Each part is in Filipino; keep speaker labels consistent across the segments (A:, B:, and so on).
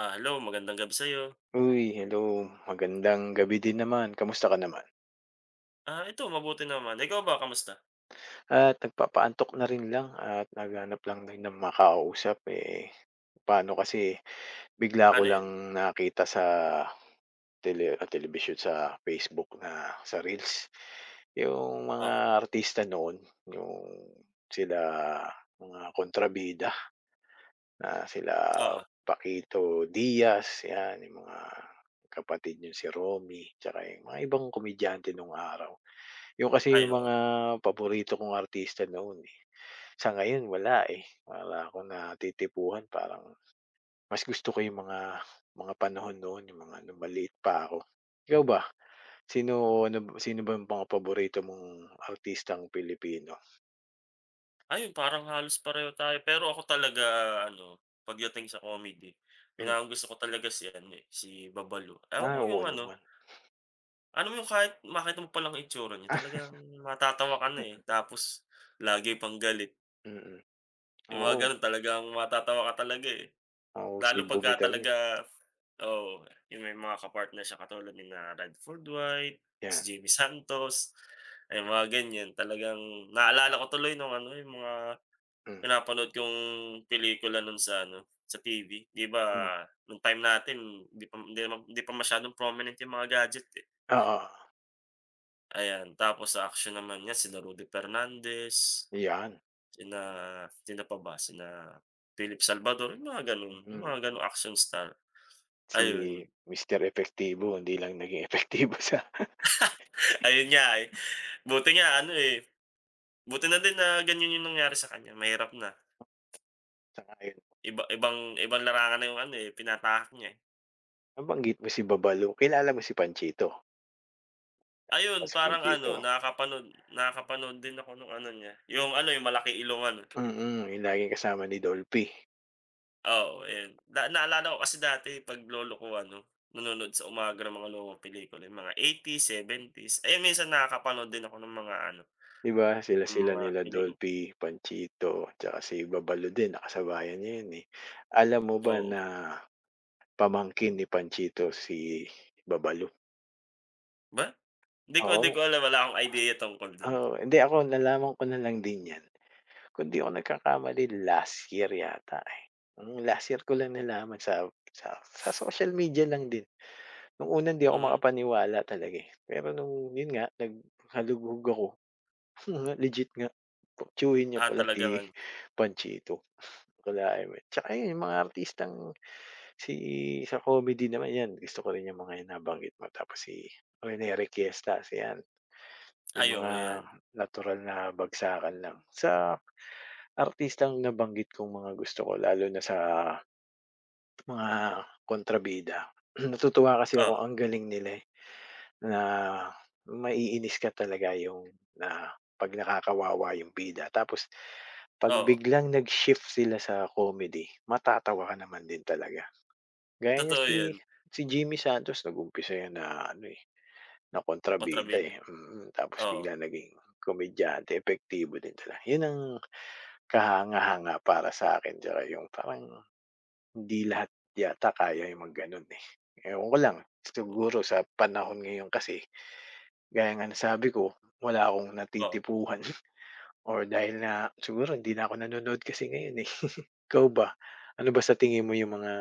A: Ah, hello, magandang gabi sa'yo.
B: Uy, hello. Magandang gabi din naman. Kamusta ka naman?
A: Ah, ito mabuti naman, ikaw ba kamusta?
B: At nagpapaantok na rin lang at naghahanap lang din ng makakausap, eh, paano kasi bigla ko
A: Ano yun?
B: lang nakita sa television sa Facebook na sa reels, yung
A: Oo,
B: mga artista noon, yung sila mga kontrabida na sila
A: oo.
B: Paquito Diaz, 'yan, yung mga kapatid niyang si Romy, tsaka yung mga ibang komedyante nung araw. Yun kasi
A: Ay,
B: yung
A: oo.
B: mga paborito kong artista noon, eh. Sa ngayon wala, eh, wala akong natitipuhan parang mas gusto ko yung mga panahon noon, yung mga nung maliit pa ako. Ikaw ba, sino ano ba sino ba yung mga paborito mong artistang Pilipino?
A: Ayun parang halos pareho tayo pero ako talaga ano, pagdating sa comedy,
B: Hmm,
A: pinakagusto ko talaga si ano, si Babalo. Ewan ko
B: ah, oo
A: yung ano,
B: naman.
A: ano mo yung kahit makita mo palang itsura niya talagang matatawa ka na, tapos lagi pang galit.
B: Ah, mm,
A: Yung mga
B: oo.
A: gano'n talagang matatawa ka talaga,
B: Mahusay
A: lalo pagka
B: bumitaw yun,
A: talaga. Oo, yung may mga kapartner siya katulad ni na Redford White,
B: 'yan,
A: si Jimmy Santos, ay mga ganyan. Talagang naalala ko tuloy nung ano, yung mga
B: hmm,
A: pinapanood kong pelikula nun sa ano, sa TV. 'Di ba
B: hmm,
A: nung time natin hindi pa masyadong prominent yung mga gadget, eh.
B: oo,
A: Ayan, tapos sa action naman 'yan sina Rudy Fernandez,
B: 'yan,
A: sina sino pa ba, sina Philip Salvador, yung mga gano'n, yung mga
B: mm.
A: gano'ng action star.
B: Si
A: Ayun,
B: Mister Epektibo hindi lang naging epektibo sa
A: ayun nga, eh. Buti nga ano, eh, buti na din na ganyan yung nangyari sa kanya, mahirap na.
B: sa
A: Iba ibang ibang larangan na yung ano, eh, pinatahak niya, eh.
B: Nabanggit mo si Babalo, kilala mo si Panchito?
A: Ayun,
B: O si
A: parang ano,
B: Panchito?
A: nakakapanood nakakapanood din ako nung ano niya, yung ano, yung Malaki Ilonggo.
B: Mm, yung laging kasama ni Dolphy,
A: Oo, oh, ayun. Na naalala ko kasi dati 'pag lolo ko ano, nanonood sa umaga ng mga lumang pelikula, yung mga 80s seventies, 70s. Ayun, minsan nakakapanood din ako ng mga ano,
B: 'di ba?
A: ng
B: Sila-sila
A: mga
B: nila
A: pelikula.
B: Dolphy, Panchito, tsaka si Babalo din nakasabayan niya 'yun, eh. Alam mo ba
A: Oo.
B: na pamangkin ni Panchito si Babalo?
A: Ba? Hindi ko
B: Oo,
A: alam, wala akong ideya tungkol dun.
B: oo, hindi ako nalaman ko na lang din 'yan, kung 'di ako nagkakamali last year yata, eh. Hmm, last year ko lang nalaman sa social media lang din. Nung una hindi ako
A: Hmm.
B: makapaniwala talaga, eh, pero nung yun nga naghalughog ako, legit nga tiyuhin niya
A: Ah,
B: pala
A: talagang
B: si
A: ano,
B: Panchito Palaeme. Tsaka yun yung mga artistang si sa comedy naman yan gusto ko rin yung mga yan nabanggit mo tapos si Rene Requiestas yan, yung
A: ayo oo,
B: mga
A: 'yan.
B: natural na bagsakan lang. Sa artistang nabanggit kong mga gusto ko lalo na sa mga kontrabida, natutuwa kasi ako
A: Oo,
B: ang galing nila, eh. Na maiinis ka talaga yung na 'pag nakakawawa yung bida tapos 'pag
A: oo,
B: biglang nag-shift sila sa comedy, matatawa ka naman din talaga. Gaya niya
A: totoo
B: si
A: 'yun.
B: si Jimmy Santos nag-umpisa yan na ano, eh, na kontrabida,
A: Kontrabida,
B: eh, tapos
A: oo,
B: bigla naging komedyante, epektibo din talaga. Yun ang kahanga-hanga para sa'kin tsaka yung parang hindi lahat yata kaya yung mag-gano'n, eh. Ewan ko lang,
A: oo,
B: siguro sa panahon ngayon kasi gaya nga ng sabi ko, wala akong
A: oo,
B: natitipuhan or dahil nga siguro hindi na ako nanonood kasi ngayon, eh. Ikaw ba, ano ba sa tingin mo yung mga,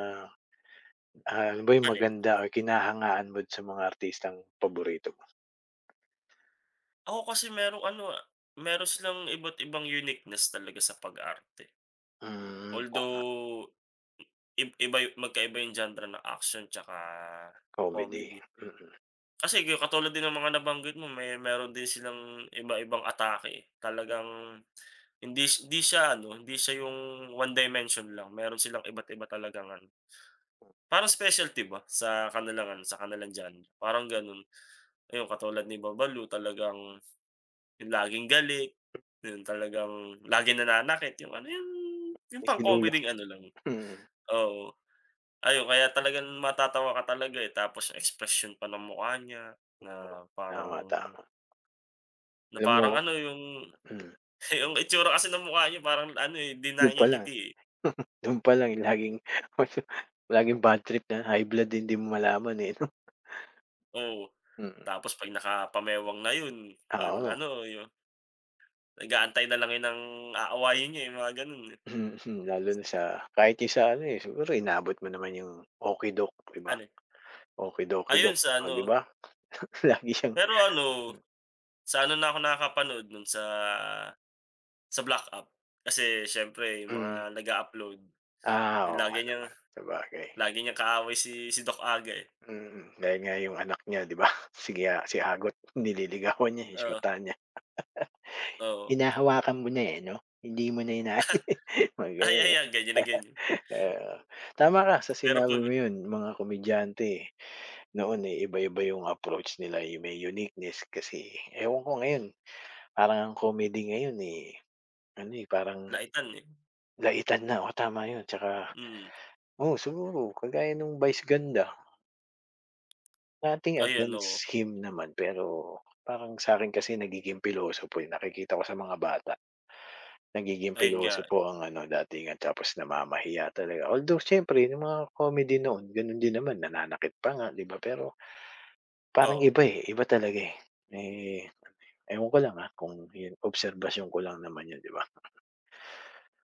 B: ano ba yung
A: alin?
B: maganda o kinahangaan mo sa mga artistang paborito mo?
A: Ako kasi merong ano, ah, meron silang iba't ibang uniqueness talaga sa pag-arte.
B: Hmm,
A: Although ib iba yu magkaiba yung genre ng action tsaka
B: comedy,
A: comedy.
B: mm.
A: Kasi katulad din ng mga nabanggit mo may meron din silang iba-ibang atake, eh. Talagang hindi siya ano, hindi siya yung one dimension lang, meron silang iba't iba talagang ano, parang specialty ba sa kanilang ano, sa kanilang genre, parang gano'n. Ayun, katulad ni Babalu talagang yung laging galit, yung talagang laging nananakit, yung ano yung
B: Itinulak
A: pang-comeding ano lang,
B: mm.
A: oo. Ayun kaya talagang matatawa ka talaga, eh, tapos yung expression pa ng mukha niya
B: Oo,
A: na
B: tama,
A: parang,
B: tama.
A: na
B: Alam mo
A: parang ano yung,
B: mm,
A: yung itsura kasi ng mukha niya parang ano, eh, hindi
B: dun pa lang,
A: nangingiti, eh,
B: dun pa lang laging laging bad trip na high blood hindi mo malaman, eh, 'no?
A: oo.
B: Mm,
A: Tapos 'pag nakapamewang na yun
B: ah,
A: parang
B: oo.
A: ano, yung nag-aantay na lang yun ng aawayin niya, eh, mga ganun, eh.
B: Lalo na sa kahit yung sa ano, eh, siguro inabot mo naman yung okey-dok, 'di ba?
A: Ano, ayun
B: Okey-dokey-dok,
A: sa
B: oh, 'di
A: ano,
B: ba? Lagi siyang
A: pero ano, sa ano na ako nakakapanood nun sa black app. Kasi siyempre yung mga
B: mm.
A: nag-a-upload,
B: Ah,
A: eh,
B: oo nga
A: lagi niyang
B: naman, sabagay.
A: lagi niyang kaaway si si Doc Aga, eh.
B: Dahil nga yung anak niya, 'di ba, sige, ah, si Agot nililigawan niya, eh,
A: Oo,
B: shortahan niya,
A: oo.
B: hinahawakan mo na, eh, 'no? Hindi mo na inaayos, mga
A: Ay,
B: gano'n, eh.
A: ayan ganyan na ganyan.
B: Oo, tama ka sa
A: Pero
B: sinabi
A: 'pag
B: mo yun, mga komedyante eh noon, eh, iba-iba yung approach nila, yung may uniqueness kasi ewan ko ngayon, parang ang comedy ngayon, eh ano, eh, parang
A: laitan, eh.
B: laitan na, o tama yun tsaka
A: Mm,
B: oo siguro kagaya nung Vice Ganda, nothing
A: ayun, oo.
B: against him naman pero parang sa'kin kasi nagiging pilosopo, eh, nakikita ko sa mga bata, nagiging
A: Ayun nga,
B: pilosopo ang ano datingan tapos namamahiya talaga. Although siyempre yung mga comedy noon ganun din naman nananakit pa nga 'di ba, pero parang
A: oo.
B: iba, eh, iba talaga, eh. Eh, ewan ko lang, kung yun obserbasyon ko lang naman yun 'di ba,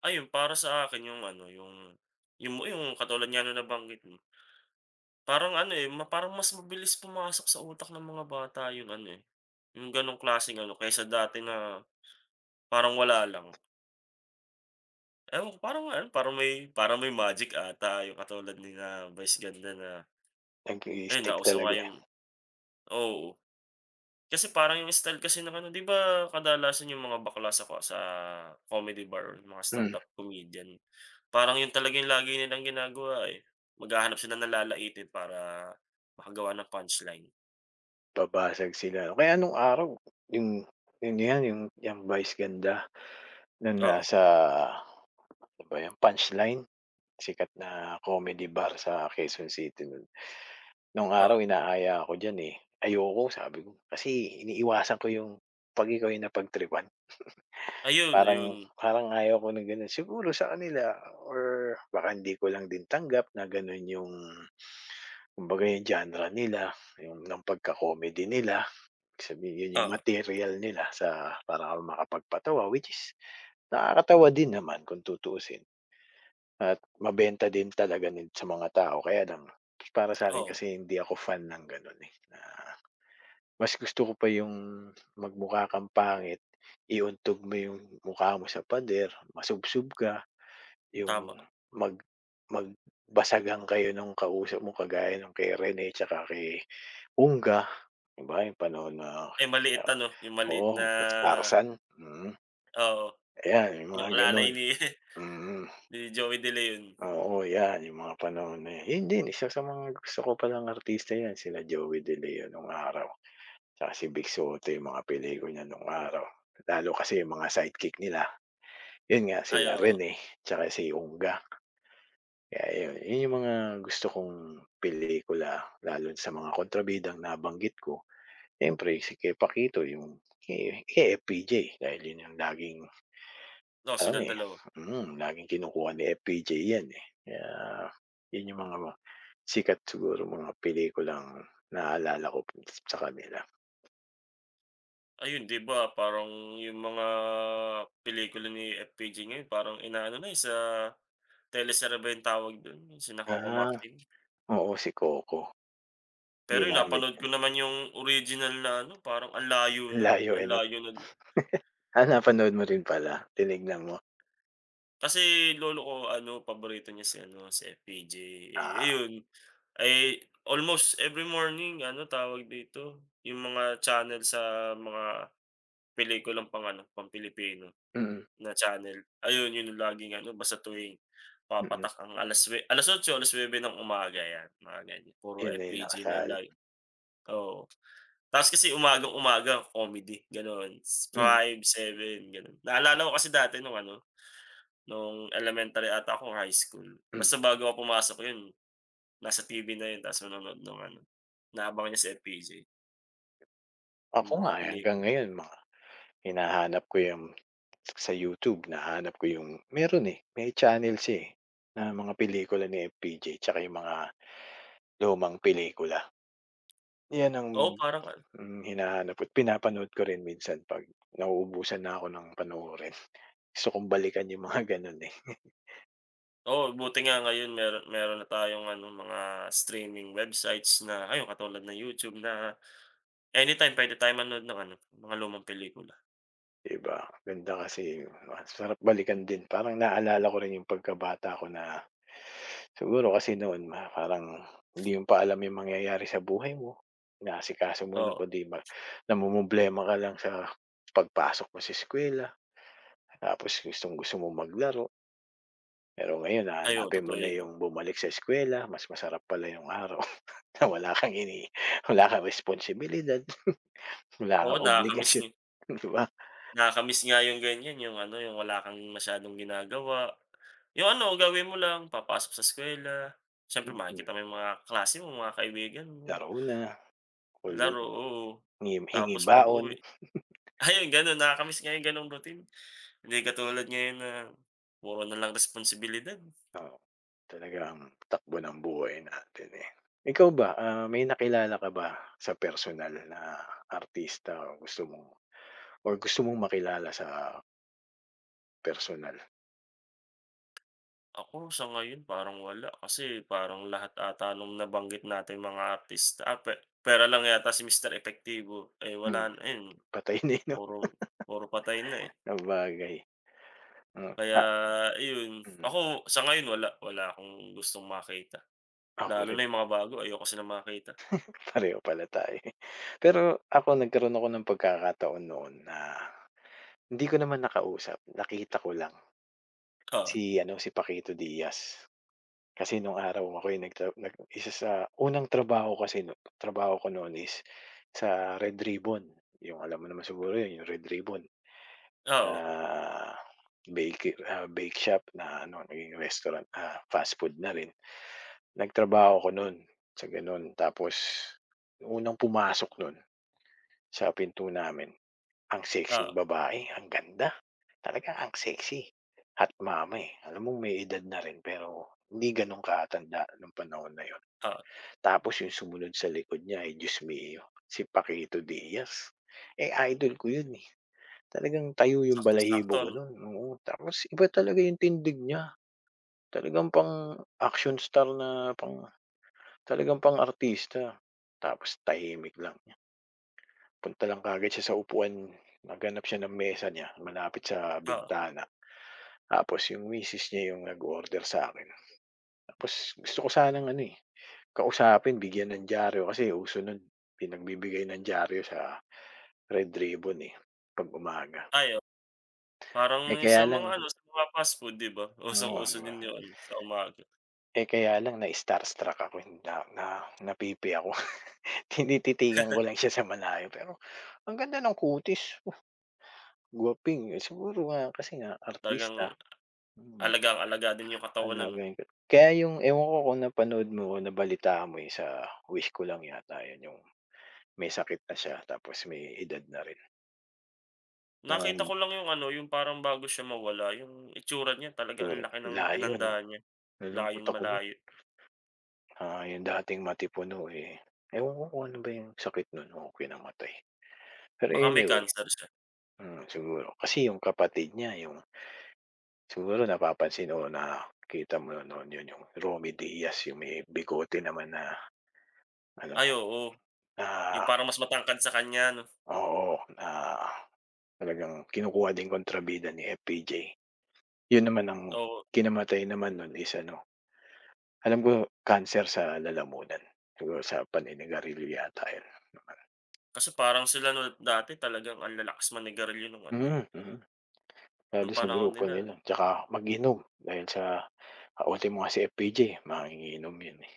A: Ayun para sa akin yung ano, yung katulad nga ng nabanggit mo, parang ano, eh, parang mas mabilis pumasok sa utak ng mga bata yung ano, eh, yung gano'ng klaseng ano, kaysa dati na parang wala lang. Ewan ko parang ano, parang may magic ata yung katulad nila Vice Ganda na ayun
B: nag-i-stick
A: nauso nga
B: talaga,
A: yung,
B: eh.
A: oo. Kasi parang yung style kasi ng ano 'di ba kadalasan yung mga bakla sa sa comedy bar or yung mga
B: Hmm.
A: stand-up comedian, parang yun talaga yung lagi nilang ginagawa, eh. Maghahanap sila ng lalaitin para makagawa ng punchline.
B: Babasag sila. O kaya nung araw yung yun yan yung yang Vice Ganda na
A: Oo,
B: nasa ano ba yun, Punchline, sikat na comedy bar sa Quezon City nun. Nung
A: oo.
B: araw inaaya ako diyan, eh. Ayoko sabi ko, kasi iniiwasan ko yung 'pag ikaw yung napagtripan
A: Ayun,
B: parang
A: ayun.
B: parang ayaw ko ng gano'n. Siguro sa kanila or baka hindi ko lang din tanggap na gano'n yung kumbaga yung genre nila, yung ng pagka comedy nila. Ibig yun yung
A: Oo,
B: material nila sa para ka makapagpatawa which is nakakatawa din naman kung tutuusin at mabenta din talaga nin sa mga tao kaya lang para sa akin
A: oo,
B: kasi hindi ako fan ng gano'n, eh, na mas gusto ko pa yung magmukha kang pangit, iuntog mo yung mukha mo sa pader, masubsob ka, yung
A: tama.
B: mag magbasagan kayo nung kausap mo kagaya nung kay Rene tsaka kay Ungga, 'di ba yung panahon na
A: Ay maliit
B: ah,
A: ano, yung maliit na,
B: oo, sa Starsan, mm.
A: oo,
B: Ayan, yung
A: yung
B: mga
A: alalay
B: gano'n,
A: ni
B: mm.
A: ni Joey De Leon.
B: Oo, yan yung mga panahon na yan. Yun din isa sa mga gusto ko palang artista yan sila Joey De Leo nung araw, tsaka si Vic Soto yung mga pelikula niya nung araw. Lalo kasi yung mga sidekick nila, yun nga
A: Ay,
B: sila
A: oo.
B: Rene tsaka si Ongga. Kaya yun, yun yung mga gusto kong pelikula lalo sa mga kontrabidang nabanggit ko. Siyempre si Kay Paquito yung kay FPJ dahil yun yung laging
A: No,
B: alam,
A: silang
B: eh,
A: dalawa.
B: laging kinukuha ni FPJ yan, eh, kaya yun yung mga sikat siguro mga pelikulang naalala ko sa kanila.
A: Ayun, 'di ba parang yung mga pelikula ni FPJ ngayon parang inaano na, eh, sa teleserye ba yung tawag dun, yung sina Coco
B: Ah,
A: Martin.
B: oo, si Coco
A: Pero yun
B: ginamit
A: napanood ko
B: yun.
A: naman yung original na ano, parang
B: Ang layo,
A: ang
B: eh, 'no?
A: layo na
B: Ah, napanood mo rin pala, tinignan mo?
A: kasi lolo ko ano, paborito niya si ano, si FPJ, eh,
B: Ah,
A: ayun, ay almost every morning ano, tawag dito, yung mga channel sa mga pelikulang pang ano, pang Pilipino.
B: mm,
A: Na channel. Ayun, yun yung laging ano basta tuwing
B: mm,
A: papatak ang alas, alas-otso, alas-nuwebe ng umaga yan, mga ganyan. Puro
B: yun na yung
A: FPJ na yung
B: nakasala.
A: lagi, oo. Tapos kasi umagang-umaga comedy gano'n,
B: Mm,
A: five seven gano'n. Naalala ko kasi dati nung ano, nung elementary ata ako, high school,
B: hmm.
A: basta bago ako pumasok yun nasa TV na yun tapos manonood ng ano, naabangan niya sa FPJ,
B: Ako
A: yung
B: nga,
A: mga
B: eh, hanggang
A: pelikula.
B: ngayon mga hinahanap ko yung sa YouTube nahanap ko yung meron, eh, may channel siya, eh, na mga pelikula ni FPJ tsaka yung mga lumang pelikula. 'Yan ang,
A: Oo, parang ano.
B: hinahanap ko't pinapanood ko rin minsan 'pag nauubusan na ako ng panoorin. Gusto kong balikan yung mga gano'n, eh,
A: Oo, buti nga ngayon meron meron na tayong ano, mga streaming websites na ayun katulad ng YouTube na anytime puwede tayong manood ng ano, mga lumang pelikula.
B: 'di ganda kasi, ang sarap balikan din. Parang naalala ko rin yung pagkabata ko na siguro kasi noon parang hindi mo pa alam yung mangyayari sa buhay mo. Inaasikaso mo lang
A: Oo,
B: kundi namomroblema ka lang sa pagpasok mo sa eskuwela, tapos gustong-gusto mong maglaro. Pero ngayon
A: ay oo,
B: hahanapin mo
A: totoo
B: na
A: 'yun.
B: yung bumalik sa eskuwela, mas masarap pala yung araw na wala kang wala kang responsibilidad, wala
A: Oo,
B: kang
A: nakakamiss
B: obligasyon,
A: nga
B: 'di ba?
A: nakakamiss nga yung ganiyan, yung ano, yung wala kang masyadong ginagawa. Yung ano, gagawin mo lang papasok sa eskuwela, siyempre
B: Mm,
A: makikita mo yung mga kaklase mo, mga kaibigan mo,
B: laro na, kulit
A: laro, oo.
B: hingi
A: Tapos
B: baon,
A: pag-uwi ayun gano'n, nakakamiss nga yung gano'ng routine. Hindi katulad ngayon na puro na lang responsibilidad.
B: oo. Talagang takbo ng buhay natin, eh. Ikaw ba, may nakilala ka ba sa personal na artista o gusto mong or gusto mong makilala sa personal?
A: Ako sa ngayon parang wala kasi parang lahat ata nung nabanggit nating mga artista, ah, pera lang yata si Mister Epektibo, eh, wala
B: Hmm,
A: na ayun
B: patay na, eh, 'no?
A: puro puro patay na, eh.
B: Sabagay, hmm,
A: Kaya
B: ah,
A: iyon,
B: hmm,
A: ako sa ngayon wala, wala akong gustong makita.
B: ako
A: Lalo
B: rin.
A: na yung mga bago ayoko silang makita.
B: Pareho pala tayo, eh. Pero nagkaroon ako ng pagkakataon noon na hindi ko naman nakausap, nakita ko lang
A: Oo,
B: si ano, si Paquito Diaz. Kasi nung araw ako'y nag isa sa unang trabaho kasi no trabaho ko noon is sa Red Ribbon, yung alam mo naman siguro yun, yung Red Ribbon
A: oo,
B: na bake shop na ano, naging restaurant, fast food na rin. Nagtrabaho ko nun sa gano'n tapos unang pumasok nun sa pinto namin. Ang sexing
A: oo,
B: babae, ang ganda, talagang ang sexy at mama, eh. Alam mo may edad na rin pero hindi gano'n katanda nung panahon na 'yun.
A: oo,
B: Tapos 'yung sumunod sa likod niya, ay Diyos mio, si Paquito Diaz. Eh, idol ko 'yun, eh. Talagang tayo 'yung balahibo
A: saktong-sakto
B: ko
A: 'no,
B: no'n, oo. Tapos iba talaga 'yung tindig niya, talagang pang action star na talagang pang-artista. Tapos tahimik lang niya, punta lang kaagad siya sa upuan, naghanap siya ng mesa niya malapit sa
A: oo,
B: bintana. Tapos yung misis niya yung nag-order sa'kin. Tapos gusto ko sanang ano, eh, kausapin, bigyan ng dyaryo kasi uso nun pinagbibigay ng dyaryo sa Red Ribbon, eh, 'pag umaga.
A: ay,
B: Eh,
A: parang yung
B: kaya
A: sa
B: lang
A: mga ano, sa mga fast food 'di ba,
B: oo,
A: usong-uso
B: 'di ba?
A: din yung ano sa umaga,
B: Eh, kaya lang na-starstruck ako, eh, na na napipi ako. Tinititigan ko lang siya sa malayo pero ang ganda ng kutis, oh, gwaping, eh, siguro nga kasi nga
A: talagang
B: artista, mm,
A: alagang-alaga din yung katawan ano.
B: alagaan ko. Kaya yung ewan ko kung napanood mo o nabalitaan mo, eh, sa Wish ko lang yata yun yung may sakit na siya tapos may edad na rin na
A: Nakita ko lang yung ano, yung parang bago siya mawala yung itsura niya talaga ang
B: siguro
A: laki ng
B: layo
A: tinanda
B: 'no,
A: niya,
B: nalungkot ako nun,
A: layong-malayo.
B: yung dating matipuno, eh, ewan ko kung ano ba yung sakit nun o kinamatay. Pero
A: Baka may
B: anyway,
A: cancer siya.
B: siguro kasi yung kapatid niya yung siguro napapansin o nakita mo noon yun yung Romy Diaz yung may bigote naman na ano
A: Ay oo, yung
B: na
A: parang mas matangkad sa kanya 'no,
B: oo, na talagang kinukuha din kontrabida ni FPJ. Yun naman ang
A: oo.
B: kinamatay naman nun is ano, alam ko cancer sa lalamunan, siguro sa paninigarilyo yata 'yun.
A: Kasi parang sila 'no dati talagang ang lalakas manigarilyo nung ano, eh,
B: Mm, mm. Lalo
A: nung
B: sa
A: panahon
B: grupo
A: nila,
B: nila, tsaka mag-inom dahil sa kaaway mo nga si FPJ manginginom 'yun, eh,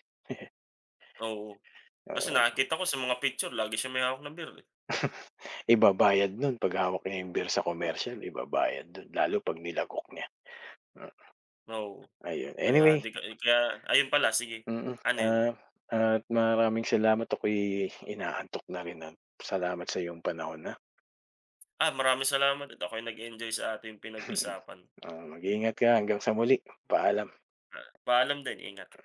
A: oo. Kasi
B: oo.
A: nakikita ko sa mga picture lagi siya may hawak na beer, eh,
B: Ibabayad nun 'pag hawak niya yung beer sa komersiyal ibabayad dun lalo 'pag nilagok niya, hmm,
A: oo.
B: ayun.
A: Kaya
B: Anyway,
A: 'di ka eh, kaya ayun pala sige,
B: mm,
A: ano yun?
B: ah, at maraming salamat ako'y inaantok na rin at salamat sa iyong panahon, na.
A: Ah, maraming salamat at ako'y nag-enjoy sa ating pinag-usapan.
B: Mag-ingat ka hanggang sa muli, paalam.
A: Paalam din, ingat.